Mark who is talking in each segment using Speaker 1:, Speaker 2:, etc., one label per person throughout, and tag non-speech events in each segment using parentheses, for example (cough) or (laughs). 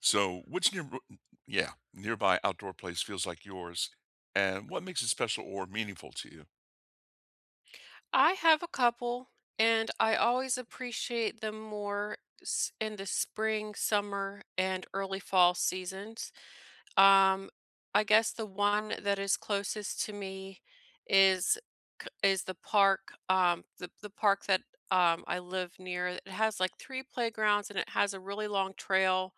Speaker 1: So, which near, yeah, nearby outdoor place feels like yours, and what makes it special or meaningful to you?
Speaker 2: I have a couple, and I always appreciate them more in the spring, summer, and early fall seasons. Um, I guess the one that is closest to me is is the park, the park that I live near. It has like three playgrounds, and it has a really long trail.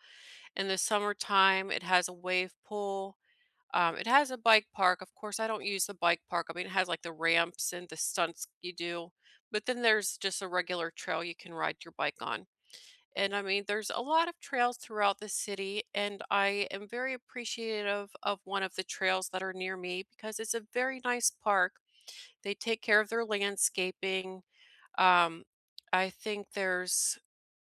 Speaker 2: In the summertime, it has a wave pool, it has a bike park. Of course, I don't use the bike park. I mean, it has like the ramps and the stunts you do, but then there's just a regular trail you can ride your bike on. And I mean, there's a lot of trails throughout the city, and I am very appreciative of one of the trails that are near me because it's a very nice park. They take care of their landscaping. Um, I think there's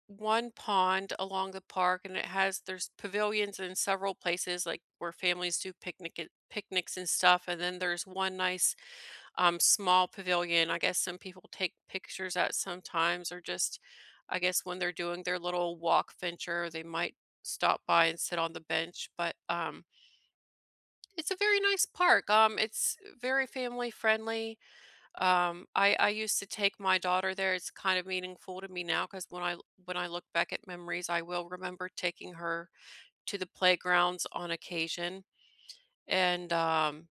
Speaker 2: one pond along the park and it has there's pavilions in several places like where families do picnics and stuff, and then there's one nice small pavilion, I guess some people take pictures at sometimes, or just I guess when they're doing their little walk venture, they might stop by and sit on the bench. But it's a very nice park, it's very family friendly. I used to take my daughter there. It's kind of meaningful to me now because when I look back at memories, I will remember taking her to the playgrounds on occasion, and,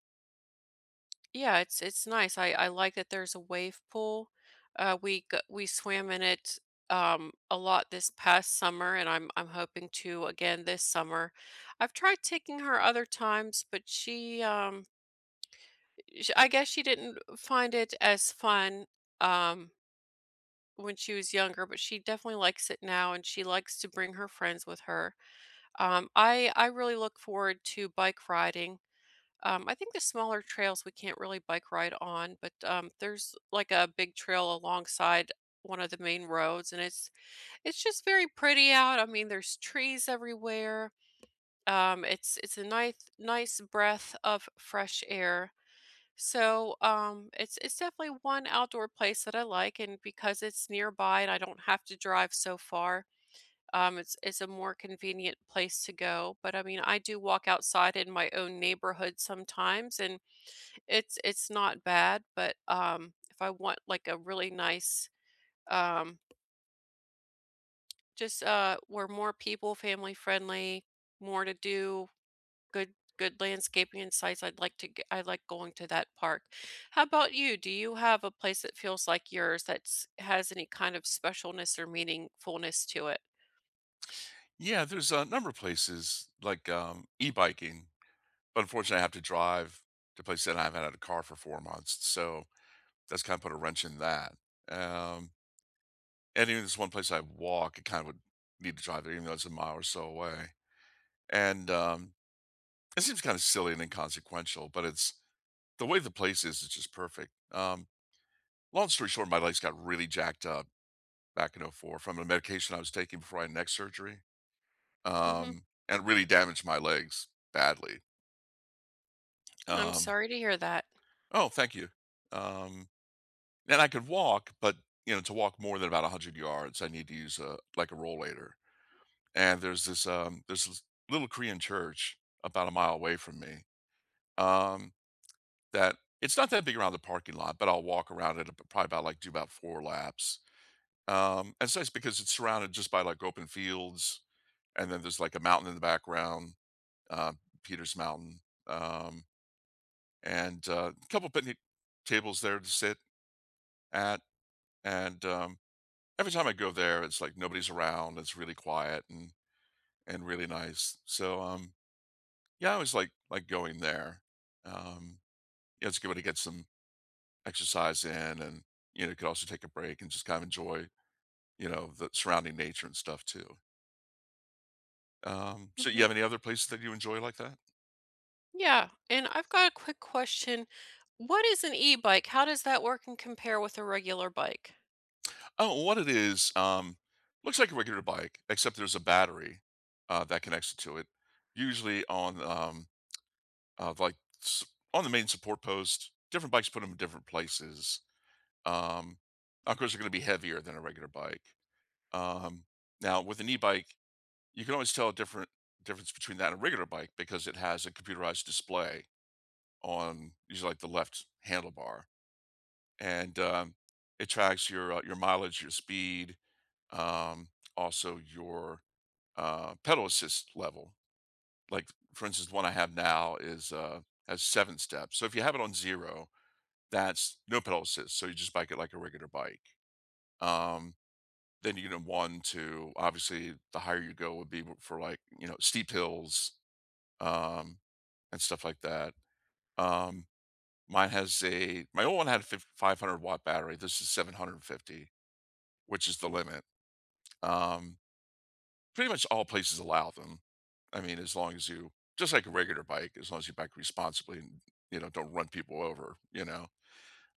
Speaker 2: yeah, it's nice. I like that there's a wave pool. Uh, we g we swam in it, a lot this past summer, and I'm hoping to again this summer. I've tried taking her other times, but she, sh I guess she didn't find it as fun, um when she was younger, but she definitely likes it now and she likes to bring her friends with her. I really look forward to bike riding. I think the smaller trails we can't really bike ride on, but there's like a big trail alongside one of the main roads, and it's just very pretty out. I mean, there's trees everywhere. It's a nice breath of fresh air. It's definitely one outdoor place that I like, and because it's nearby and I don't have to drive so far, it's a more convenient place to go. But I mean, I do walk outside in my own neighborhood sometimes, and it's not bad. But if I want like a really nice, um, just where more people, family friendly, more to do, good landscaping and sites. I'd like to I like going to that park. How about you? Do you have a place that feels like yours that's has any kind of specialness or meaningfulness to it?
Speaker 1: Yeah, there's a number of places like e-biking, but unfortunately, I have to drive to places that I haven't had a car for 4 months, so that's kind of put a wrench in that. Um, and even this one place I walk, it kind of would need to drive there, even though it's a mile or so away. And it seems kind of silly and inconsequential, but it's the way the place is. It's just perfect. Long story short, my legs got really jacked up back in '04 from a medication I was taking before I had neck surgery,
Speaker 2: Mhm.
Speaker 1: and really damaged my legs badly.
Speaker 2: I'm
Speaker 1: Um
Speaker 2: sorry to hear that.
Speaker 1: Oh, thank you. Um, and I could walk, but, you know, to walk more than about 100 yards, I need to use a like, a rollator. And there's this little Korean church about a mile away from me, um, that it's not that big around the parking lot, but I'll walk around it, probably about, like do about 4 laps. And so it's because it's surrounded just by, like, open fields, and then there's, like, a mountain in the background. uh, Peters Mountain, um, and a couple picnic tables there to sit at. And every time I go there, it's like nobody's around. It's really quiet and really nice. So yeah, I always like going there. Um, yeah, it's a good way to get some exercise in, and you know, you could also take a break and just kind of enjoy you know the surrounding nature and stuff too. So you
Speaker 2: Mhm.
Speaker 1: have any other places that you enjoy like that?
Speaker 2: Yeah, and I've got a quick question. What is an e-bike? How does that work and compare with a regular bike?
Speaker 1: Oh, what it is, looks like a regular bike, except there's a battery that connects to it. Usually on like s- on the main support post. Different bikes put them in different places. Um, of course, they're going to be heavier than a regular bike. Um, Now, with an e-bike, you can always tell a different difference between that and a regular bike because it has a computerized display on usually like the left handlebar, and it tracks your mileage, your speed, um, also your pedal assist level. Like for instance, the one I have now is has seven steps. So if you have it on zero, that's no pedal assist. So you just bike it like a regular bike. Um, then you get a one, two. Obviously, the higher you go would be for like you know steep hills um, and stuff like that. Um, mine has a My old one had a 500-watt battery. This is 750, which is the limit. Um, Pretty much all places allow them. I mean, as long as you just like a regular bike, as long as you bike responsibly and you know don't run people over, you know.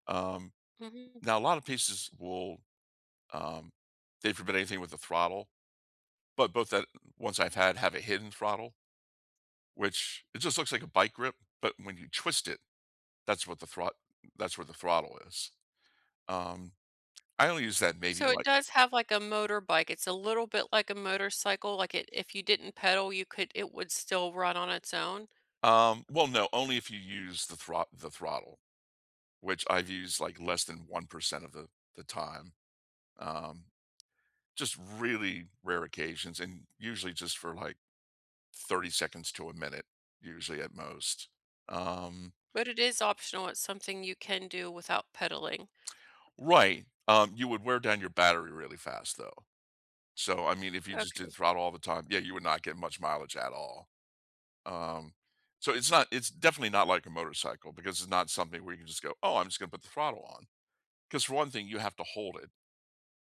Speaker 1: Um,
Speaker 2: Mhm.
Speaker 1: Now a lot of pieces will um, they forbid anything with a throttle, but both that ones I've had have a hidden throttle, which it just looks like a bike grip, but when you twist it, that's what the throt that's where the throttle is. Um, I only use that maybe
Speaker 2: So it
Speaker 1: like
Speaker 2: does have like a motor bike. It's a little bit like a motorcycle, like it if you didn't pedal, you could it would still run on its own?
Speaker 1: well no only if you use the throt the throttle, which I've used like less than 1% of the time. Um, just really rare occasions and usually just for like 30 seconds to a minute, usually at most. Um,
Speaker 2: But it is optional, it's something you can do without pedaling.
Speaker 1: right. You would wear down your battery really fast though. So, I mean, if you just did
Speaker 2: Okay.
Speaker 1: throttle all the time, yeah, you would not get much mileage at all. Um, it's definitely not like a motorcycle because it's not something where you can just go, oh, I'm just going to put the throttle on. Because for one thing, you have to hold it.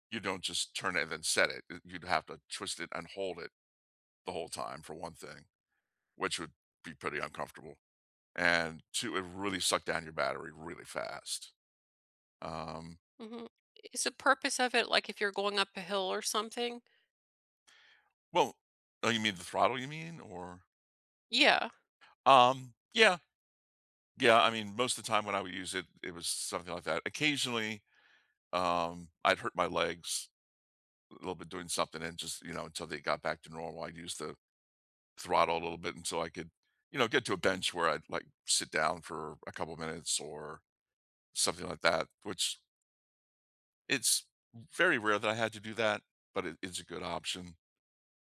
Speaker 1: You don't just turn it and then set it. You'd have to twist it and hold it the whole time for one thing. Which would be pretty uncomfortable. And 2, it really sucked down your battery really fast. Um,
Speaker 2: Mhm. Is the purpose of it, like, if you're going up a hill or something?
Speaker 1: well oh, you mean the throttle, you mean? Or
Speaker 2: Yeah.
Speaker 1: yeah, yeah, I mean, most of the time when I would use it, it was something like that. Occasionally, I'd hurt my legs a little bit doing something and just, you know, until they got back to normal, I'd use the throttle a little bit until I could, you know, get to a bench where I'd, like, sit down for a couple minutes or something like that, which it's very rare that I had to do that, but it is a good option.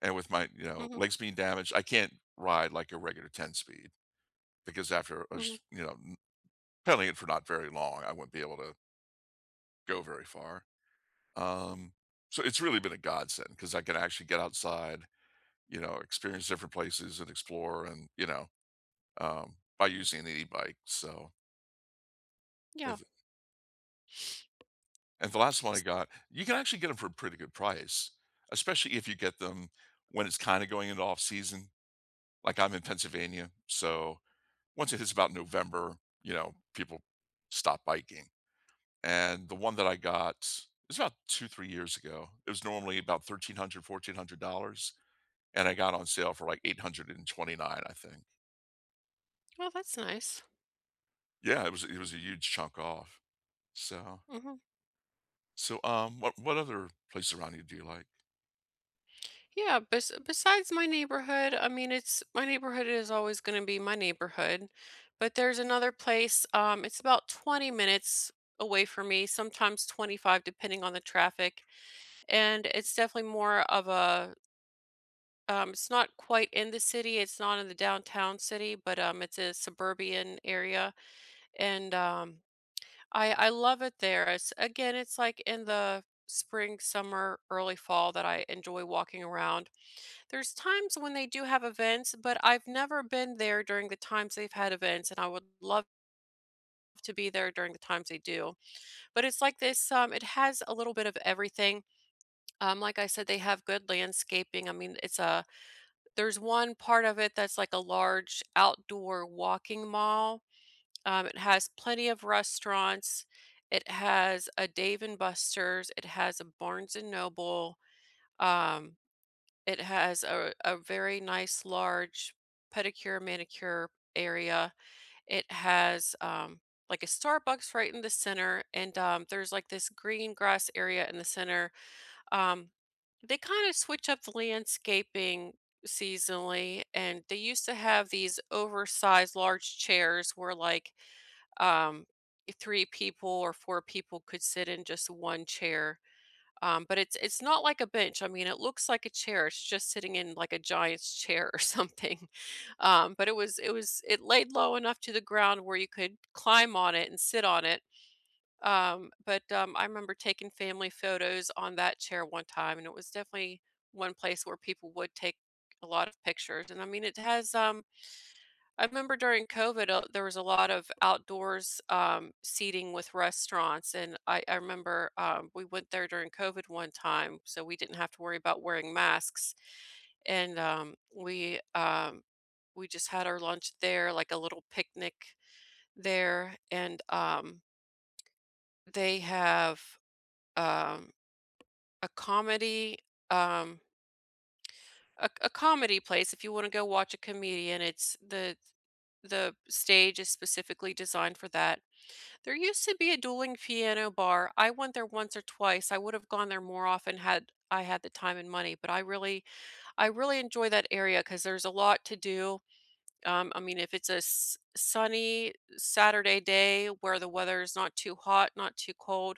Speaker 1: And with my, you know,
Speaker 2: Mhm,
Speaker 1: legs being damaged, I can't ride like a regular 10 speed because after,
Speaker 2: mhm,
Speaker 1: you know, pedaling it for not very long, I wouldn't be able to go very far. Um, so it's really been a godsend because I can actually get outside, you know, experience different places and explore and, you know, by using an e-bike. So,
Speaker 2: yeah.
Speaker 1: if, and the last one I
Speaker 2: S
Speaker 1: got, you can actually get them for a pretty good price, especially if you get them when it's kind of going into off season. Like, I'm in Pennsylvania, so once it hits about November, you know, people stop biking. And the one that I got it was about 2, 3 years ago. It was normally about 1,300, $1,400 and I got on sale for, like, 829, I think.
Speaker 2: Well, that's nice.
Speaker 1: Yeah, it was a huge chunk off. So
Speaker 2: Mhm.
Speaker 1: so, what other place around you do you like?
Speaker 2: Yeah, besides my neighborhood, I mean, it's my neighborhood is always gonna be my neighborhood, but there's another place, it's about 20 minutes away from me, sometimes 25 depending on the traffic, and it's definitely more of a— it's not quite in the city, it's not in the downtown city, but, it's a suburban area, and, I love it there. It's again, it's like in the spring, summer, early fall that I enjoy walking around. There's times when they do have events, but I've never been there during the times they've had events, and I would love to be there during the times they do. But it's like this, it has a little bit of everything. Like I said, they have good landscaping. I mean, it's a— There's one part of it that's like a large outdoor walking mall. It has plenty of restaurants. It has a Dave and Buster's. It has a Barnes and Noble. Um, it has a very nice large pedicure manicure area. It has like a Starbucks right in the center, and there's like this green grass area in the center. um, they kind of switch up the landscaping seasonally, and they used to have these oversized large chairs where um, three people or four people could sit in just one chair. But it's not like a bench. I mean, it looks like a chair. It's just sitting in like a giant's chair or (laughs) something. But it laid low enough to the ground where you could climb on it and sit on it, I remember taking family photos on that chair one time, and it was definitely one place where people would take a lot of pictures, and I mean, it has, I remember during COVID, there was a lot of outdoors, seating with restaurants, and I remember, we went there during COVID one time, so we didn't have to worry about wearing masks, and, we just had our lunch there, like a little picnic there, and, they have, um a comedy, um, a comedy place, if you wanna go watch a comedian, it's the stage is specifically designed for that. There used to be a dueling piano bar. I went there once or twice. I would've gone there more often had I had the time and money, but I really enjoy that area because there's a lot to do. I mean, if it's a s sunny Saturday day where the weather is not too hot, not too cold,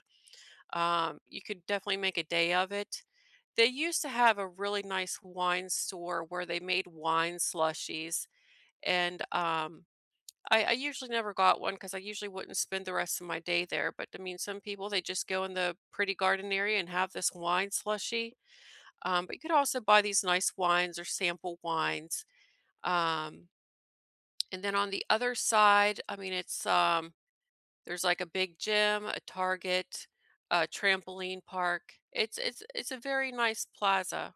Speaker 2: you could definitely make a day of it. They used to have a really nice wine store where they made wine slushies, and, I usually never got one because I usually wouldn't spend the rest of my day there, but, I mean, some people, they just go in the pretty garden area and have this wine slushy. But you could also buy these nice wines or sample wines, um, and then on the other side, I mean, there's, like, a big gym, a Target, a trampoline park. It's a very nice plaza.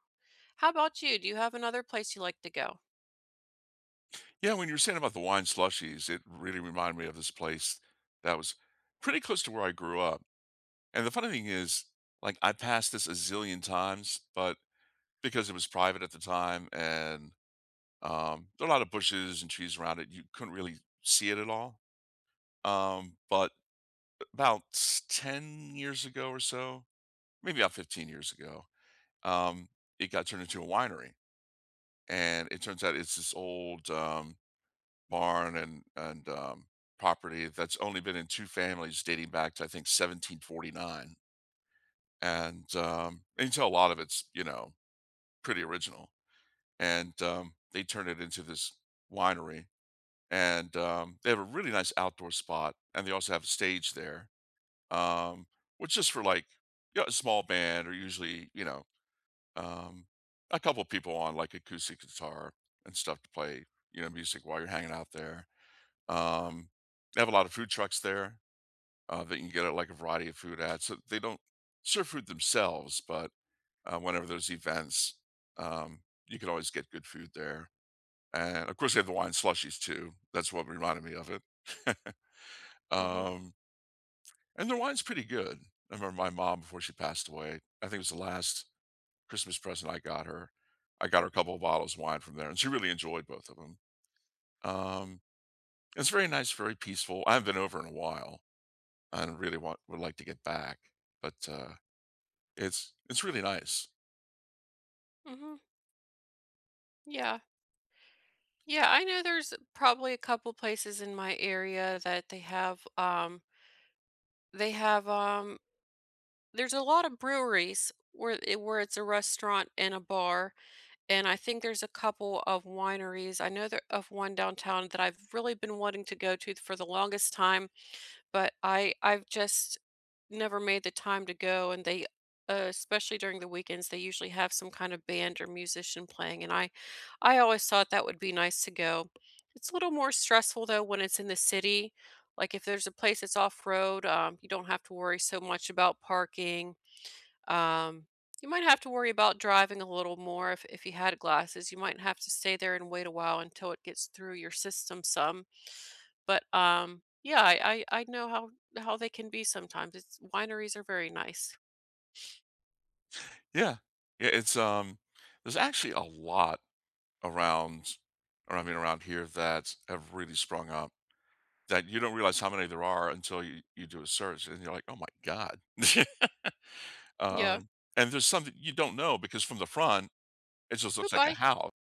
Speaker 2: How about you? Do you have another place you like to go?
Speaker 1: Yeah, when you were saying about the wine slushies, it really reminded me of this place that was pretty close to where I grew up. And the funny thing is, like, I passed this a zillion times, but because it was private at the time and, there are a lot of bushes and trees around it, you couldn't really see it at all. But 10 years ago or so, maybe about 15 years ago, um, it got turned into a winery. And it turns out it's this old barn and property that's only been in two families dating back to, I think, 1749 and you can tell a lot of it's you know pretty original. And they turned it into this winery. And they have a really nice outdoor spot. And they also have a stage there, um, which is for like you know, a small band or usually, you know, um, a couple people on like acoustic guitar and stuff to play, you know, music while you're hanging out there. Um, they have a lot of food trucks there that you can get like a variety of food at. So they don't serve food themselves, but whenever there's events, um, you can always get good food there. And of course, they have the wine slushies too. That's what reminded me of it. (laughs)
Speaker 2: Mhm.
Speaker 1: um, and their wine's pretty good. I remember my mom before she passed away. I think it was the last Christmas present I got her. I got her a couple of bottles of wine from there, and she really enjoyed both of them. Um, it's very nice, very peaceful. I haven't been over in a while, and really want would like to get back, but it's really nice.
Speaker 2: Mhm. Yeah. Yeah, I know there's probably a couple places in my area that they have, they have, um there's a lot of breweries where it's a restaurant and a bar, and I think there's a couple of wineries. I know there of one downtown that I've really been wanting to go to for the longest time, but I've just never made the time to go, and they especially during the weekends they usually have some kind of band or musician playing, and I always thought that would be nice to go. It's a little more stressful though when it's in the city. Like if there's a place that's off road, you don't have to worry so much about parking. Um, you might have to worry about driving a little more if you had glasses. You might have to stay there and wait a while until it gets through your system some. But, yeah, I know how they can be sometimes. It's wineries are very nice.
Speaker 1: Yeah, yeah. It's there's actually a lot around, or I mean, around here that have really sprung up. That you don't realize how many there are until you do a search, and you're like, "Oh my god." (laughs) Um,
Speaker 2: Yeah,
Speaker 1: and there's something you don't know because from the front, it just looks like a
Speaker 2: goodbye.
Speaker 1: house.